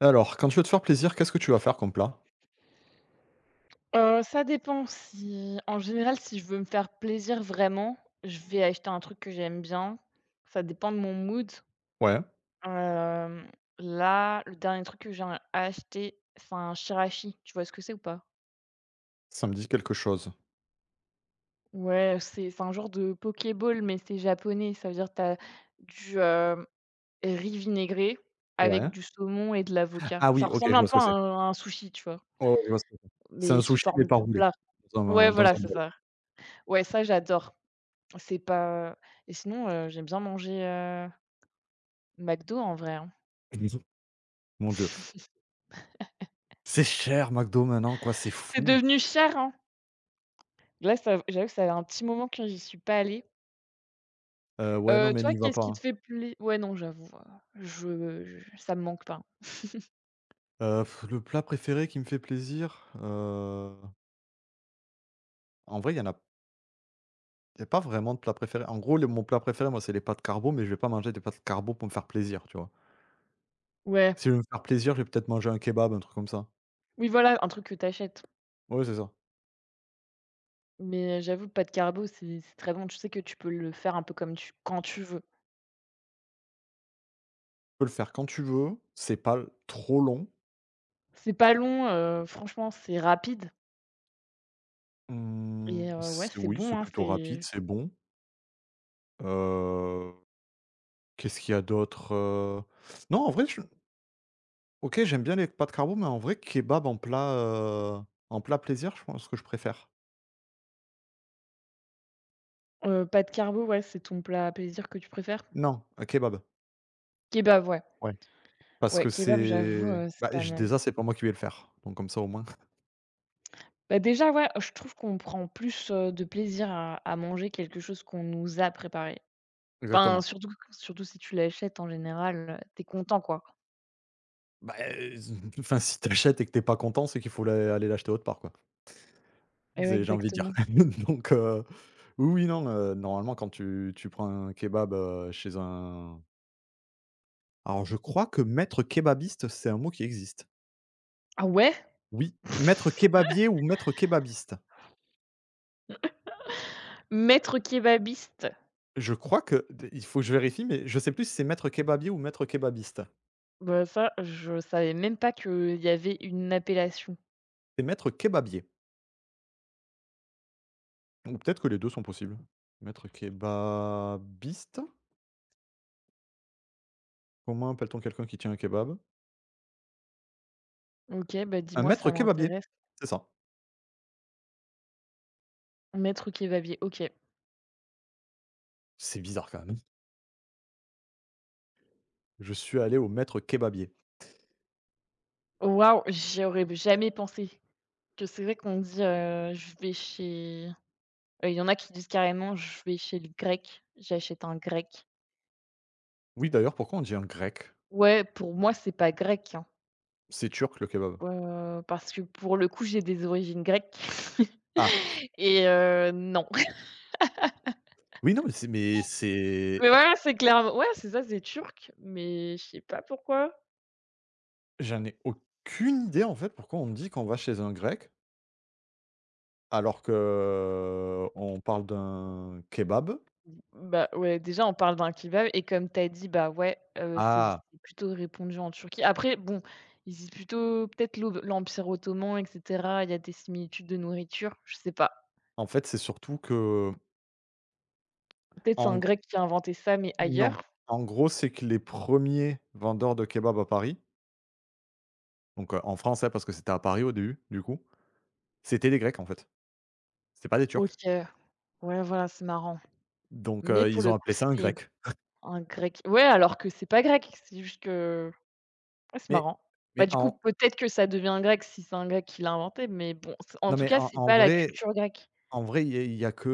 Alors, quand tu veux te faire plaisir, qu'est-ce que tu vas faire comme plat? Ça dépend si en général, si je veux me faire plaisir vraiment, je vais acheter un truc que j'aime bien. Ça dépend de mon mood. Ouais, Hem, Là, le dernier truc que j'ai acheté, c'est un shirashi. Tu vois ce que c'est ou pas? ça me dit quelque chose. Ouais, c'est un genre de pokéball, mais c'est japonais. Ça veut dire que tu as du riz vinaigré avec Ouais. du saumon et de l'avocat. Ah Ça oui, OK, ressemble je un vois ce peu à que c'est. un à un sushi, tu vois? Ouais, ouais, je vois ce que c'est. C'est un Mais sous sushi, mais forme pas de roulé, plat. dans Ouais, un dans voilà, un c'est bol. ça. Ouais, ça, j'adore. C'est pas. Et sinon, j'aime bien manger, McDo en vrai, hein. Mon Dieu. C'est cher McDo maintenant, quoi, c'est C'est fou. devenu cher, hein. Là, ça j'avoue que ça fait un petit moment que j'y suis pas allée. Ouais, non, mais Toi, n'y va qu'est-ce pas, qui te hein. fait plai ouais, non, j'avoue, je ça me manque pas. Heu, le plat préféré qui me fait plaisir, en vrai, il y en a y a pas vraiment de plat préféré. En gros, le mon plat préféré, moi, c'est les pâtes carbo, mais je vais pas manger des pâtes carbo pour me faire plaisir, tu vois? Ouais, Si je veux me faire plaisir, je vais peut-être manger un kebab, un truc comme ça. oui, voilà, un truc que t'achètes. Ouais, c'est ça. Mais j'avoue, pas de carbo, c'est très bon. Tu sais que tu peux le faire un peu comme tu quand tu veux. Peux le faire quand tu veux, c'est pas trop long. C'est pas long, franchement, c'est rapide Mmh, et ouais, c'est c'est oui, bon, c'est hein, plutôt rapide, c'est. c'est bon. Heu, Qu'est-ce qu'il y a d'autre? Non, en vrai, je OK, j'aime bien les pâtes carbo, mais en vrai, kebab en plat plaisir, je pense que je préfère. Pas de carbo, ouais, c'est ton plat à plaisir que tu préfères? Non, kebab, Kebab, ouais. ouais, parce Ouais, que kebab, j'avoue, c'est c'est bah, pas j mal. déjà, c'est pas moi qui vais le faire, donc comme ça, au moins. Bah, déjà, ouais, je trouve qu'on prend plus, de plaisir à manger quelque chose qu'on nous a préparé. Enfin, Exactement. surtout si tu l'achètes en général, tu content, quoi. Bah, enfin, si t'achètes et que t'es pas content, c'est qu'il faut l'a aller l'acheter autre part, quoi. Eh ouais, C'est J'ai envie de dire. exactement. Donc oui, oui, non, normalement quand tu prends un kebab, chez un alors je crois que maître kébabiste, c'est un mot qui existe. Ah ouais? Oui, maître kébabier ou maître kébabiste. Maître kebabiste. Je crois que il faut que je vérifie, mais je sais plus si c'est maître kébabier ou maître kébabiste. Bah, ça, je savais même pas qu'il y avait une appellation. C'est maître kébabier ou peut-être que les 2 sont possibles. Maître kébabiste? Comment appelle-t-on quelqu'un qui tient un kebab? OK, bah, Un dis-moi, maître ça kébabier, m'intéresse. c'est ça. Maître kebabier, OK. C'est bizarre quand même. Je suis allé au maître kébabier. Waouh, j'y aurais jamais pensé. Que c'est vrai qu'on dit: «Je vais chez». Il y en a qui disent carrément: «Je vais chez le grec, j'achète un grec». Oui, d'ailleurs, pourquoi on dit un grec? Ouais, pour moi, c'est pas grec, hein, C'est turc le kebab? Parce que pour le coup, j'ai des origines grecques. Ah! Et non. Oui, non, mais c'est Mais voilà, c'est clairement ouais, c'est ça, c'est turc, mais je sais pas pourquoi. j'en ai aucune idée, en fait, pourquoi on me dit qu'on va chez un grec, alors que on parle d'un kebab. Bah, ouais, déjà, on parle d'un kebab et comme t'as dit, bah, ouais, c'est Ah! plutôt répandu en Turquie. Après, bon, ils disent plutôt peut-être l'Empire ottoman et cetera, il y a des similitudes de nourriture, je sais pas. En fait, c'est surtout que, Peut-être c'est un en g grec qui a inventé ça, mais ailleurs. non, en gros, c'est que les premiers vendeurs de kebab à Paris, donc en France, hein, parce que c'était à Paris au début, du coup, c'était des Grecs, en fait. C'était pas des Turcs. OK. Ouais, voilà, c'est marrant. Donc Mais pour ils le ont coup, appelé ça un c'est grec. un grec. Ouais, alors que c'est pas grec, c'est juste que ouais, c'est Mais marrant. Bah, mais du coup, peut-être que ça devient grec si c'est un grec qui l'a inventé, mais bon, c en tout cas, en c'est en pas la vrai culture grecque. Il y a que,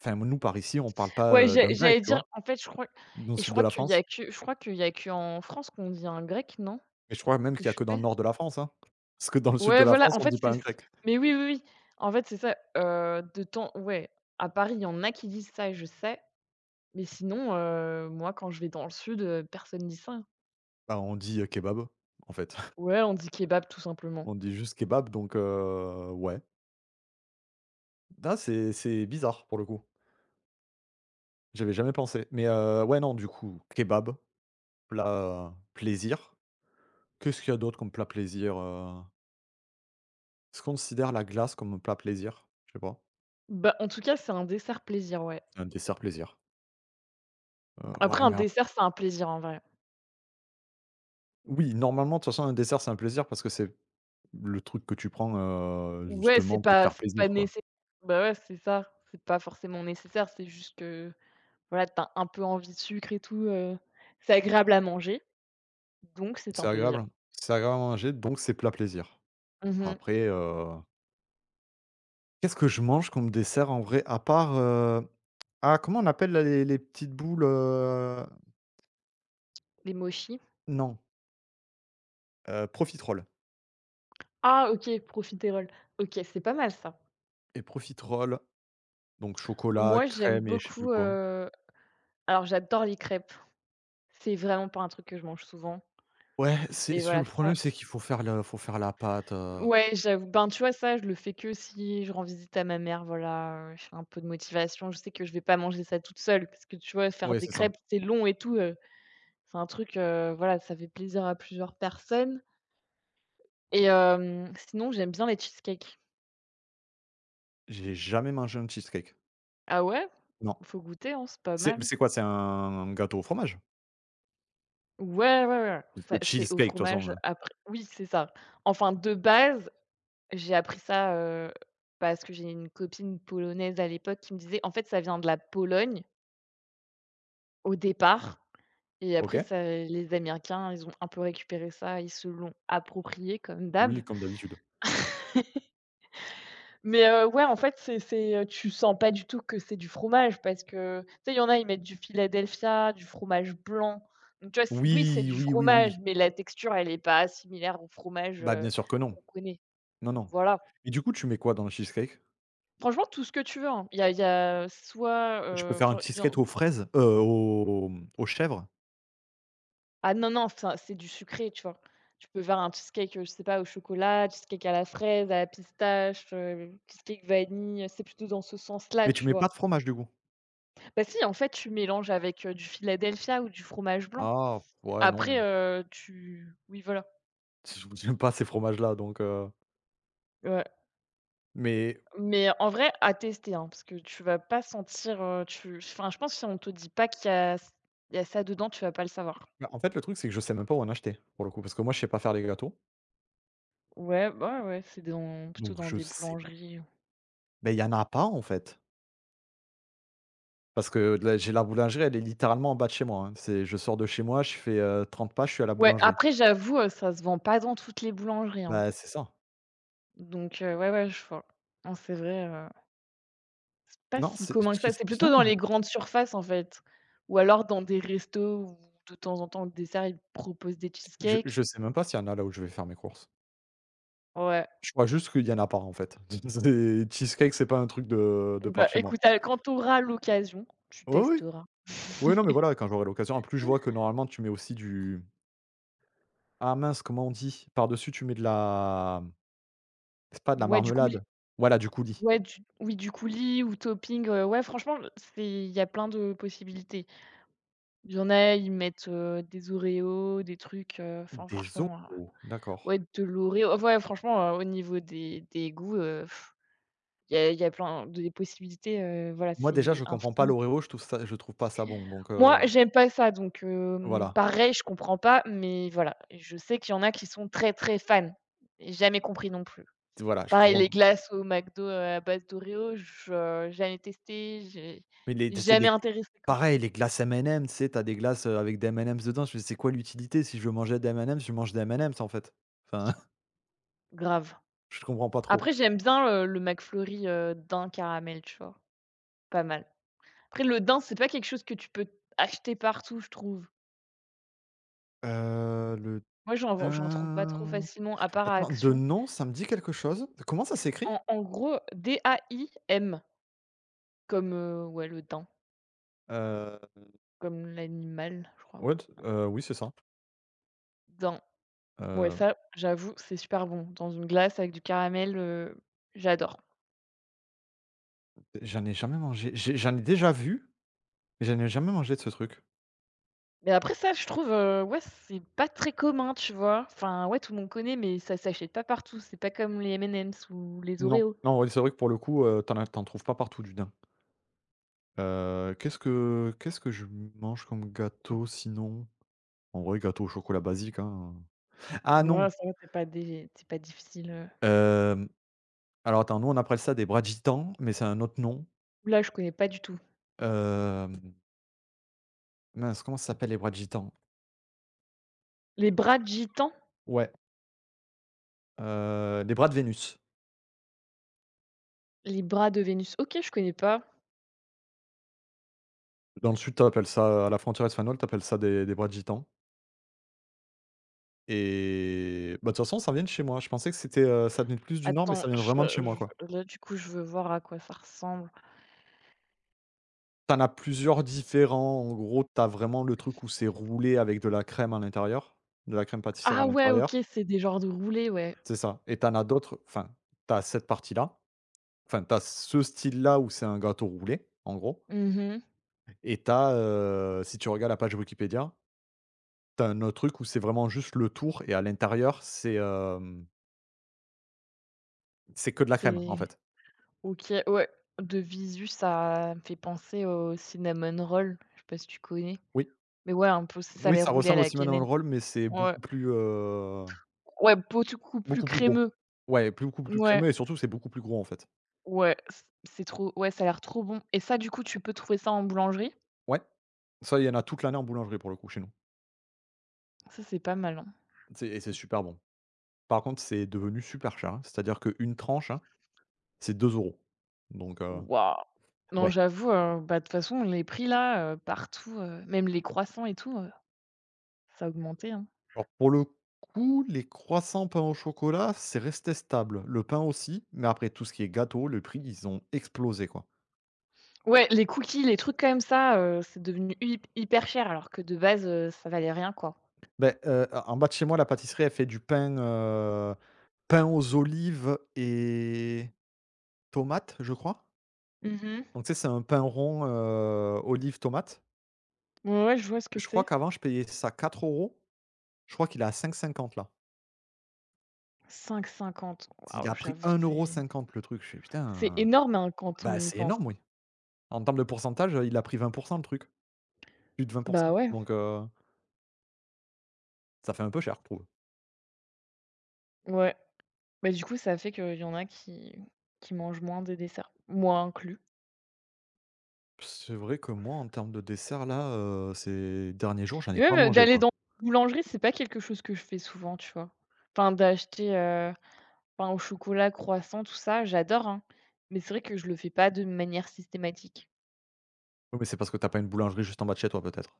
enfin, nous par ici, on parle pas, Ouais, d'un grec, j'allais tu dire, vois? en fait, Dans le sud de la France. Je crois qu'il y a que en France qu'on dit un grec, non? Et je crois même Que qu'il y a je que dans fais? le nord de la France, hein. Parce que dans le sud Ouais, de la voilà, France, en on fait, dit c'est pas un grec. mais oui, oui, oui, en fait, c'est ça, de temps ouais, à Paris, il y en a qui disent ça, je sais, mais sinon, moi, quand je vais dans le sud, personne dit ça. Bah, on dit, kebab, en fait. Ouais, on dit kebab tout simplement. On dit juste kebab, donc ouais. Ah, c'est bizarre pour le coup. J'avais jamais pensé. Mais ouais, non, du coup, kebab, plat plaisir. Qu'est-ce qu'il y a d'autre comme plat plaisir? Est-ce qu'on considère la glace comme un plat plaisir? Je sais pas. Bah, en tout cas, c'est un dessert plaisir, ouais. Un dessert plaisir. Après Ouais, un mais ap dessert, c'est un plaisir en vrai. oui, normalement, de toute façon, un dessert, c'est un plaisir parce que c'est le truc que tu prends, Ouais, c'est justement pour te pas faire c'est pas plaisir, quoi. nécessaire. Bah, ouais, c'est ça. C'est pas forcément nécessaire, c'est juste que, voilà, t'as un peu envie de sucre et tout, c'est agréable à manger, donc c'est un C'est plaisir. agréable, hein. C'est agréable à manger, donc c'est plat plaisir. Mmh. Après, qu'est-ce que je mange comme dessert en vrai? À part, ah comment on appelle là les petites boules? Les mochis? Non, profiterole Ah OK, profiterol. OK, c'est pas mal ça. et profiterole, donc chocolat, Moi, j'aime crème et je sais plus beaucoup, quoi. Alors j'adore les crêpes. C'est vraiment pas un truc que je mange souvent, Ouais, c'est mais c'est voilà le problème, ça c'est qu'il faut faire le faut faire la pâte, ouais, j'avoue. Ben, tu vois, ça, je le fais que si je rends visite à ma mère, voilà, je fais un peu de motivation. Je sais que je vais pas manger ça toute seule parce que, tu vois, faire ouais, des c'est ça. crêpes, c'est long et tout, c'est un truc, voilà, ça fait plaisir à plusieurs personnes et sinon, j'aime bien les cheesecakes. J'ai jamais mangé un cheesecake. Ah ouais? Non. Faut goûter, hein, c'est pas C'est mal. c'est quoi? C'est un gâteau au fromage? Ouais, ouais, ouais, Parce que ça c'est au cheesecake de toute façon, fromage heu, après oui, c'est ça. Enfin, de base, j'ai appris ça, parce que j'ai une copine polonaise à l'époque qui me disait: «En fait, ça vient de la Pologne au départ». Et après OK. ça les Américains, ils ont un peu récupéré ça, ils se l'ont approprié comme d'hab. Oui, comme d'habitude. Mais ouais, en fait, c'est tu sens pas du tout que c'est du fromage parce que, tu sais, il y en a, ils mettent du Philadelphia, du fromage blanc. Donc tu vois, c'est oui, c'est Oui, du oui, oui, oui. fromage, mais la texture, elle est pas similaire au fromage, Bah, bien sûr que non. qu'on connaît. Non, Donc non. voilà. Et du coup, tu mets quoi dans le cheesecake? Franchement, tout ce que tu veux, hein. Il y a soit, Tu peux faire un enfin, il y cheesecake en aux fraises, aux aux chèvres, ah non, non, enfin, c'est du sucré, tu vois? Tu peux faire un cheesecake, je sais pas, au chocolat, cheesecake à la fraise, à la pistache, cheesecake vanille, c'est plutôt dans ce sens-là, mais tu tu mets pas vois? de fromage, du coup? Bah si, en fait, tu mélanges avec, du Philadelphia ou du fromage blanc. Ah, ouais, Après, non. Tu oui, voilà. J'aime pas ces fromages-là, donc Ouais, mais mais en vrai, à tester, hein, parce que tu vas pas sentir, tu enfin, je pense que si on te dit pas qu'il y a ça dedans, tu vas pas le savoir. bah, en fait, le truc, c'est que je sais même pas où en acheter, pour le coup, parce que moi, je sais pas faire les gâteaux, Ouais, bah ouais, ouais, c'est dans plutôt donc dans je des sais. boulangeries. Mais il y en a pas, en fait, parce que là, j'ai la boulangerie, elle est littéralement en bas de chez moi, hein. C'est Je sors de chez moi, je fais, 30 pas, je suis à la Ouais, boulangerie. après j'avoue, ça se vend pas dans toutes les boulangeries, hein. Bah, c'est ça. Donc ouais, ouais, je vois. Non, c'est vrai, c'est pas Non, si c'est. commun que ça. C'est plutôt dans les grandes surfaces, en fait, ou alors dans des restos où de temps en temps, le dessert, ils proposent des Je cheesecakes. je sais même pas s'il y en a là où je vais faire mes courses. Ouais. Je crois juste qu'il y en a pas en fait. C'est cheesecake, c'est pas un truc de Bah, par chez moi. écoute, quand tu auras l'occasion, tu Oui, oui. testeras. Oui, non, mais voilà, quand j'aurai l'occasion. En plus, je vois que normalement, tu mets aussi du ah mince, comment on dit? Par-dessus, tu mets de la c'est pas de la Ouais, du coulis marmelade. Voilà, du coulis. ouais, du oui, du coulis ou topping, ouais, franchement, c'est il y a plein de possibilités. Il y en a, ils mettent, des Oreos, des trucs, enfin Des franchement. Oreos, d'accord. Ouais, de l'oreo ah ouais, franchement, au niveau des goûts, il y a plein de des possibilités, voilà, Moi déjà, c'est je comprends pas infini. l'Oreo, je trouve pas ça bon, donc Moi, j'aime pas ça, donc voilà. pareil, je comprends pas, mais voilà, je sais qu'il y en a qui sont très, très fans. Et jamais compris non plus. Voilà, je Pareil, les comprends glaces au McDo, à base d'oreo, je jamais testé, j'ai mais les c'est jamais des. intéressé, quoi. Pareil, les glaces M&M's, tu sais, tu as des glaces, avec des M&M's dedans. Je me dis: «C'est quoi l'utilité? Si je veux manger des M&M's, je mange des M&M's, en fait». Enfin, Grave. je comprends pas trop. Après, j'aime bien, le McFlurry, daim caramel, tu vois? Pas mal. Après, le daim, c'est pas quelque chose que tu peux acheter partout, je trouve. Le Moi, j'en trouve pas trop daim, facilement à part à attends, de Action. nom, ça me dit quelque chose. Comment ça s'écrit? En gros, D-A-I-M comme, ouais, le daim, Heu, comme l'animal, je crois. What? Oui, c'est ça. Daim. Ouais, Heu, ça, j'avoue, c'est super bon. Dans une glace avec du caramel, j'adore. J'en ai jamais mangé. J'en ai déjà vu, mais j'en ai jamais mangé de ce truc. Mais après ça, je trouve, ouais, c'est pas très commun, tu vois? Enfin, ouais, tout le monde connaît, mais ça s'achète pas partout. C'est pas comme les M&M's ou les Non, Oreos. non, ouais, c'est vrai que pour le coup, tu en trouves pas partout du daim. Qu'est-ce que je mange comme gâteau sinon? En vrai, gâteau au chocolat basique, hein. Ah non, Moi, ça va, c'est pas difficile. hem, alors attends, nous on appelle ça des bras de gitans, mais c'est un autre nom. Là, je connais pas du tout. Hem, Mince, comment ça s'appelle les bras de gitans? Les bras de gitan? Ouais, des bras de Vénus. Les bras de Vénus? OK, je connais pas. Dans le sud, t'appelles ça à la frontière espagnole, t'appelles ça des bras de gitans et bah, de toute façon, ça vient de chez moi. Je pensais que ça venait plus du nord, mais Attends, ça vient je vraiment de chez moi, quoi. je là, du coup, je veux voir à quoi ça ressemble. T'en as plusieurs différents. En gros, t'as vraiment le truc où c'est roulé avec de la crème à l'intérieur, de la crème pâtissière à Ah ouais, OK, l'intérieur. c'est des genres de roulés, ouais. C'est ça et t'en as d'autres, enfin, t'as cette partie-là. Enfin, t'as ce style-là où c'est un gâteau roulé, en gros, Mmh. et si tu regardes la page Wikipédia, t'as un autre truc où c'est vraiment juste le tour et à l'intérieur, c'est que de la crème, en C'est fait. OK, ouais. De visu, ça me fait penser au cinnamon roll. Je sais pas si tu connais? Oui, Mais ouais, un peu, c'est ça, oui, les ça roulés à ressemble au la cinnamon cannelle. roll, mais c'est Ouais, ouais, beaucoup plus beaucoup plus gros. crémeux. Ouais, plus beaucoup plus Ouais, crémeux et surtout, c'est beaucoup plus gros, en fait. ouais, c'est trop ouais, ça a l'air trop bon et ça, du coup, tu peux trouver ça en boulangerie? Ouais. Ça, il y en a toute l'année en boulangerie, pour le coup, chez nous. Ça, c'est pas mal, hein. C'est et c'est super bon. Par contre, c'est devenu super cher, hein. C'est-à-dire qu'une tranche, hein, c'est 2 euros. Donc Waouh! Non, ouais. j'avoue, bah, de toute façon, les prix là, partout, même les croissants et tout. Ça a augmenté, hein. Alors pour le coup, les croissants pain au chocolat, c'est resté stable. Le pain aussi, mais après tout ce qui est gâteau, le prix, ils ont explosé quoi. Ouais, les cookies, les trucs comme ça, c'est devenu hyper cher alors que de base, ça valait rien, quoi. Ben, en bas de chez moi, la pâtisserie, elle fait du pain, pain aux olives et tomates, je crois. Mmh. Donc tu sais, c'est un pain rond, olive, tomate. Ouais, ouais, je vois ce que Je crois c'est. qu'avant, je payais ça 4 euros. Je crois qu'il est à 5,50 là. Cinq cinquante. Il Waouh, a pris j'avoue, un euro c'est cinquante le truc. Je fais: c'est «Putain, énorme, hein, quand on bah, y c'est pense. énorme, oui». En termes de pourcentage, il a pris 20 le truc, plus de 20. Bah, ouais. Donc ça fait un peu cher, je trouve. Ouais, bah, du coup, ça fait qu'il y en a qui mangent moins des desserts, moi inclus. C'est vrai que moi, en termes de dessert, là, ces derniers jours, j'en Et ai même, pas mangé, d'aller quoi. dans une boulangerie, c'est pas quelque chose que je fais souvent, tu vois? Enfin, d'acheter, pain au chocolat, croissant, tout ça, j'adore, hein, mais c'est vrai que je le fais pas de manière systématique. Oui, mais c'est parce que t'as pas une boulangerie juste en bas de chez toi, peut-être?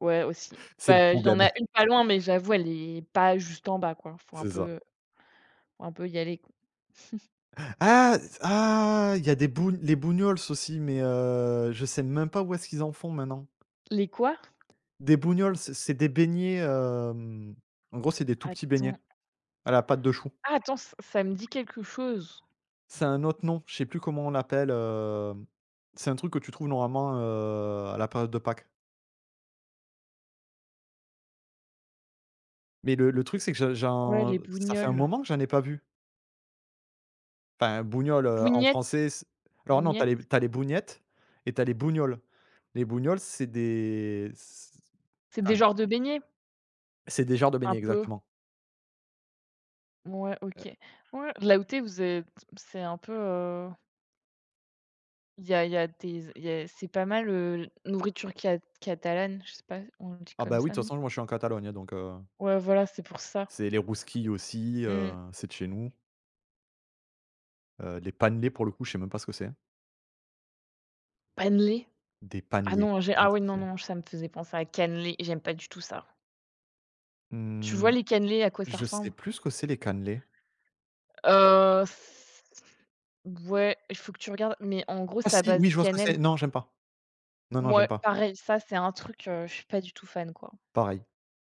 Ouais, aussi. C'est le Bah, il y en problème. a une pas loin, mais j'avoue, elle est pas juste en bas, quoi. C'est ça. Faut un peu y aller, quoi. Ah! Ah! Il y a des boug les bougnols aussi, mais je sais même pas où est-ce qu'ils en font maintenant. Les quoi? Des bougnols, c'est des beignets, en gros, c'est des tout petits beignets Attends. à la pâte de chou. Ah attends, ç ça me dit quelque chose. C'est un autre nom, je sais plus comment on l'appelle, c'est un truc que tu trouves normalement, à la période de Pâques. Mais le truc, c'est que je Ouais, j'en les ça fait un bougnoles. moment que j'en ai pas vu. Enfin, bougnols, en Bougnettes? français, c alors non, t'as les Bougnettes? tu les bougnettes et t'as les bougnols. Les bougnols, c'est des c C'est des enfin, genres de beignets? c'est des genres de Un beignets, peu. exactement. Ouais, Heu, OK. Ouais, là où tu es, vous êtes c'est un peu, il y a des il y a c'est pas mal, nourriture catalane, je sais pas, on le dit ah comme bah, oui, ça, de toute non? façon, moi, je suis en Catalogne, hein, donc Ouais, voilà, c'est pour ça. c'est les rousquilles aussi, Mmh. c'est de chez nous. Les panelés, pour le coup, je sais même pas ce que c'est. Panelé? Des Ah panelés, je non, j'ai sais pas ah ce oui, que non, c'est. non, ça me faisait penser à cannelé, j'aime pas du tout ça. Tu vois Mmh, les cannelés, à quoi ça je sais ressemble? plus ce que c'est les cannelés. Heu, ouais, il faut que tu regardes, mais en gros, Ah c'est à si, base oui, de je vois ce que cannelle. c'est. Non, j'aime pas. Non, non, j'aime Moi pas. pareil, ça, c'est un truc, je suis pas du tout fan, quoi. Pareil.